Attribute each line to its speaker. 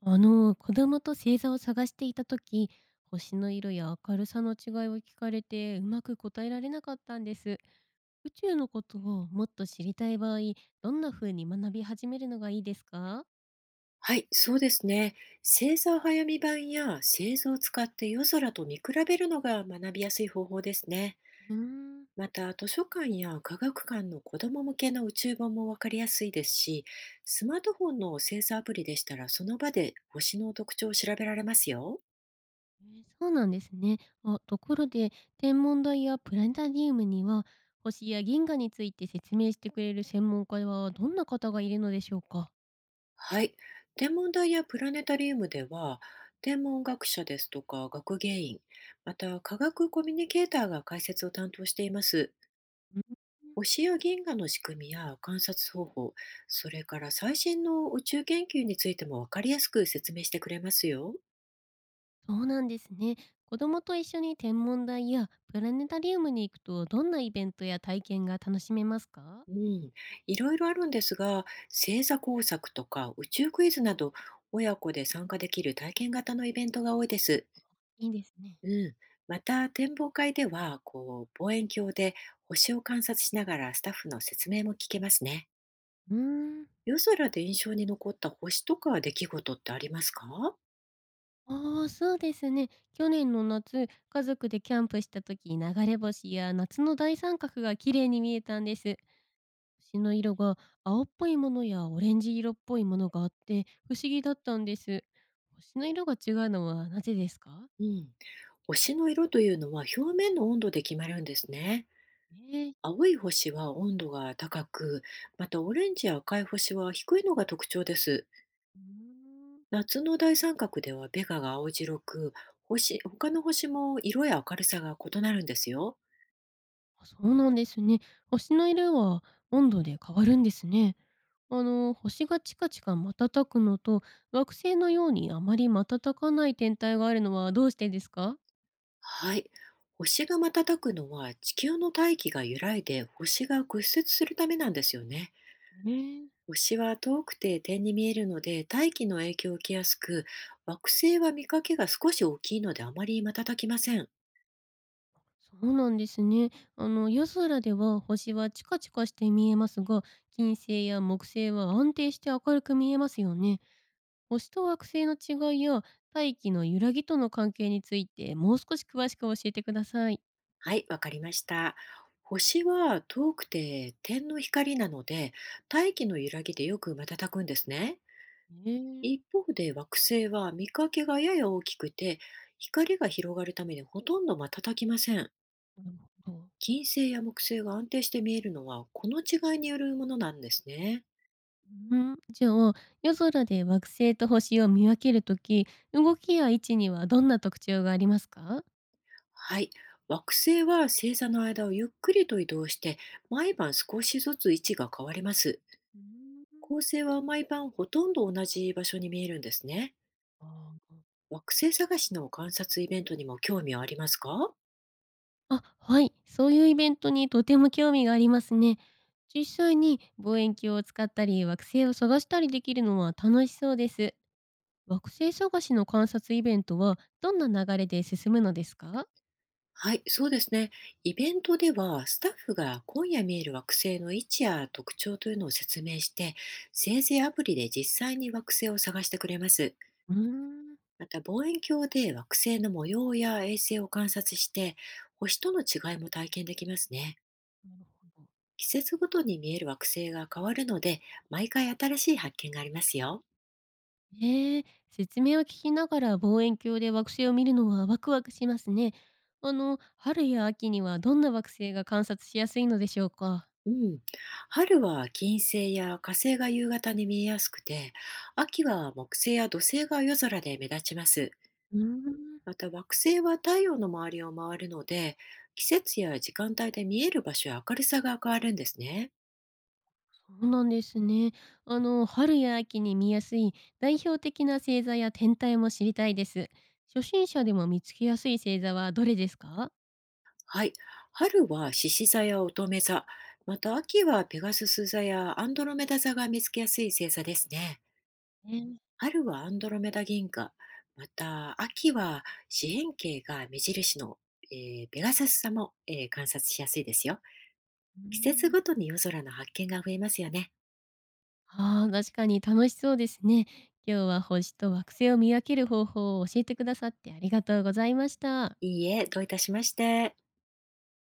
Speaker 1: あの子供と星座を探していた時、星の色や明るさの違いを聞かれてうまく答えられなかったんです。宇宙のことをもっと知りたい場合、どんな風に学び始めるのがいいですか？
Speaker 2: はい、そうですね。星座早見版や星座を使って夜空と見比べるのが学びやすい方法ですね。
Speaker 1: うーん、
Speaker 2: また、図書館や科学館の子ども向けの宇宙本もわかりやすいですし、スマートフォンの星座アプリでしたら、その場で星の特徴を調べられますよ。
Speaker 1: えーそうなんですね。あところで、天文台やプラネタリウムには星や銀河について説明してくれる専門家はどんな方がいるのでしょうか？
Speaker 2: はい。天文台やプラネタリウムでは、天文学者ですとか学芸員、また科学コミュニケーターが解説を担当しています。
Speaker 1: うん。
Speaker 2: 星や銀河の仕組みや観察方法、それから最新の宇宙研究についても分かりやすく説明してくれますよ。
Speaker 1: そうなんですね。子供と一緒に天文台やプラネタリウムに行くとどんなイベントや体験が楽しめますか？
Speaker 2: うん、いろいろあるんですが、星座工作とか宇宙クイズなど、親子で参加できる体験型のイベントが多いです。
Speaker 1: いいですね。
Speaker 2: うん、また、展望会では、こう、望遠鏡で星を観察しながらスタッフの説明も聞けますね。
Speaker 1: うーん。
Speaker 2: 夜空で印象に残った星とか出来事ってありますか？
Speaker 1: ああ、そうですね。去年の夏、家族でキャンプした時、流れ星や夏の大三角が綺麗に見えたんです。星の色が青っぽいものやオレンジ色っぽいものがあって不思議だったんです。星の色が違うのはなぜですか？
Speaker 2: うん。星の色というのは表面の温度で決まるんですね。
Speaker 1: ええ。
Speaker 2: 青い星は温度が高く、またオレンジや赤い星は低いのが特徴です。
Speaker 1: うーん。
Speaker 2: 夏の大三角ではベガが青白く、星、他の星も色や明るさが異なるんですよ。
Speaker 1: あ、そうなんですね。星の色は温度で変わるんですね。あの星がチカチカ瞬くのと惑星のようにあまり瞬かない天体があるのはどうしてですか？
Speaker 2: はい。星が瞬くのは地球の大気が揺らいで星が屈折するためなんですよね。
Speaker 1: ねえ。
Speaker 2: 星は遠くて点に見えるので大気の影響を受けやすく、惑星は見かけが少し大きいのであまり瞬きません。
Speaker 1: そうなんですね。あの夜空では星はチカチカして見えますが、金星や木星は安定して明るく見えますよね。星と惑星の違いや大気の揺らぎとの関係についてもう少し詳しく教えてください。
Speaker 2: はい、わかりました。星は遠くて点の光なので、大気の揺らぎでよく瞬くんですね。
Speaker 1: ね
Speaker 2: 一方で惑星は見かけがやや大きくて、光が広がるためにほとんど瞬きません。
Speaker 1: え、なるほど。
Speaker 2: 金星や木星が安定して見えるのは、この違いによるものなんですね。
Speaker 1: うん、じゃあ、夜空で惑星と星を見分けるとき、動きや位置にはどんな特徴がありますか？
Speaker 2: はい。惑星は星座の間をゆっくりと移動して、毎晩少しずつ位置が変わります。
Speaker 1: うーん。
Speaker 2: 恒星は毎晩ほとんど同じ場所に見えるんですね。
Speaker 1: あー。
Speaker 2: 惑星探しの観察イベントにも興味はありますか？
Speaker 1: あ、はい、そういうイベントにとても興味がありますね。実際に望遠鏡を使ったり惑星を探したりできるのは楽しそうです。惑星探しの観察イベントはどんな流れで進むのですか？
Speaker 2: はい、そうですね。イベントでは、スタッフが今夜見える惑星の位置や特徴というのを説明して、生成アプリで実際に惑星を探してくれます。
Speaker 1: うーん。
Speaker 2: また、望遠鏡で惑星の模様や衛星を観察して、星との違いも体験できますね。
Speaker 1: なるほど。
Speaker 2: 季節ごとに見える惑星が変わるので、毎回新しい発見がありますよ。
Speaker 1: ねえ、説明を聞きながら望遠鏡で惑星を見るのはワクワクしますね。あの、春や秋にはどんな惑星が観察しやすいのでしょうか？
Speaker 2: うん、春は金星や火星が夕方に見えやすくて、秋は木星や土星が夜空で目立ちます。
Speaker 1: うーん。
Speaker 2: また惑星は太陽の周りを回るので、季節や時間帯で見える場所や明るさが変わるんですね。
Speaker 1: そうなんですね。あの、春や秋に見やすい代表的な星座や天体も知りたいです。初心者でも見つけやすい星座はどれですか？
Speaker 2: はい。春は獅子座や乙女座、また秋はペガスス座やアンドロメダ座が見つけやすい星座ですね。
Speaker 1: ね
Speaker 2: 春はアンドロメダ銀河、また秋は四辺形が目印の、ペガサス座も、観察しやすいですよ。
Speaker 1: うー
Speaker 2: 季節
Speaker 1: ん。
Speaker 2: ごとに夜空の発見が増えますよね。
Speaker 1: あー確かに楽しそうですね。今日は星と惑星を見分ける方法を教えてくださってありがとうございました。
Speaker 2: いいえ、どういたしまして。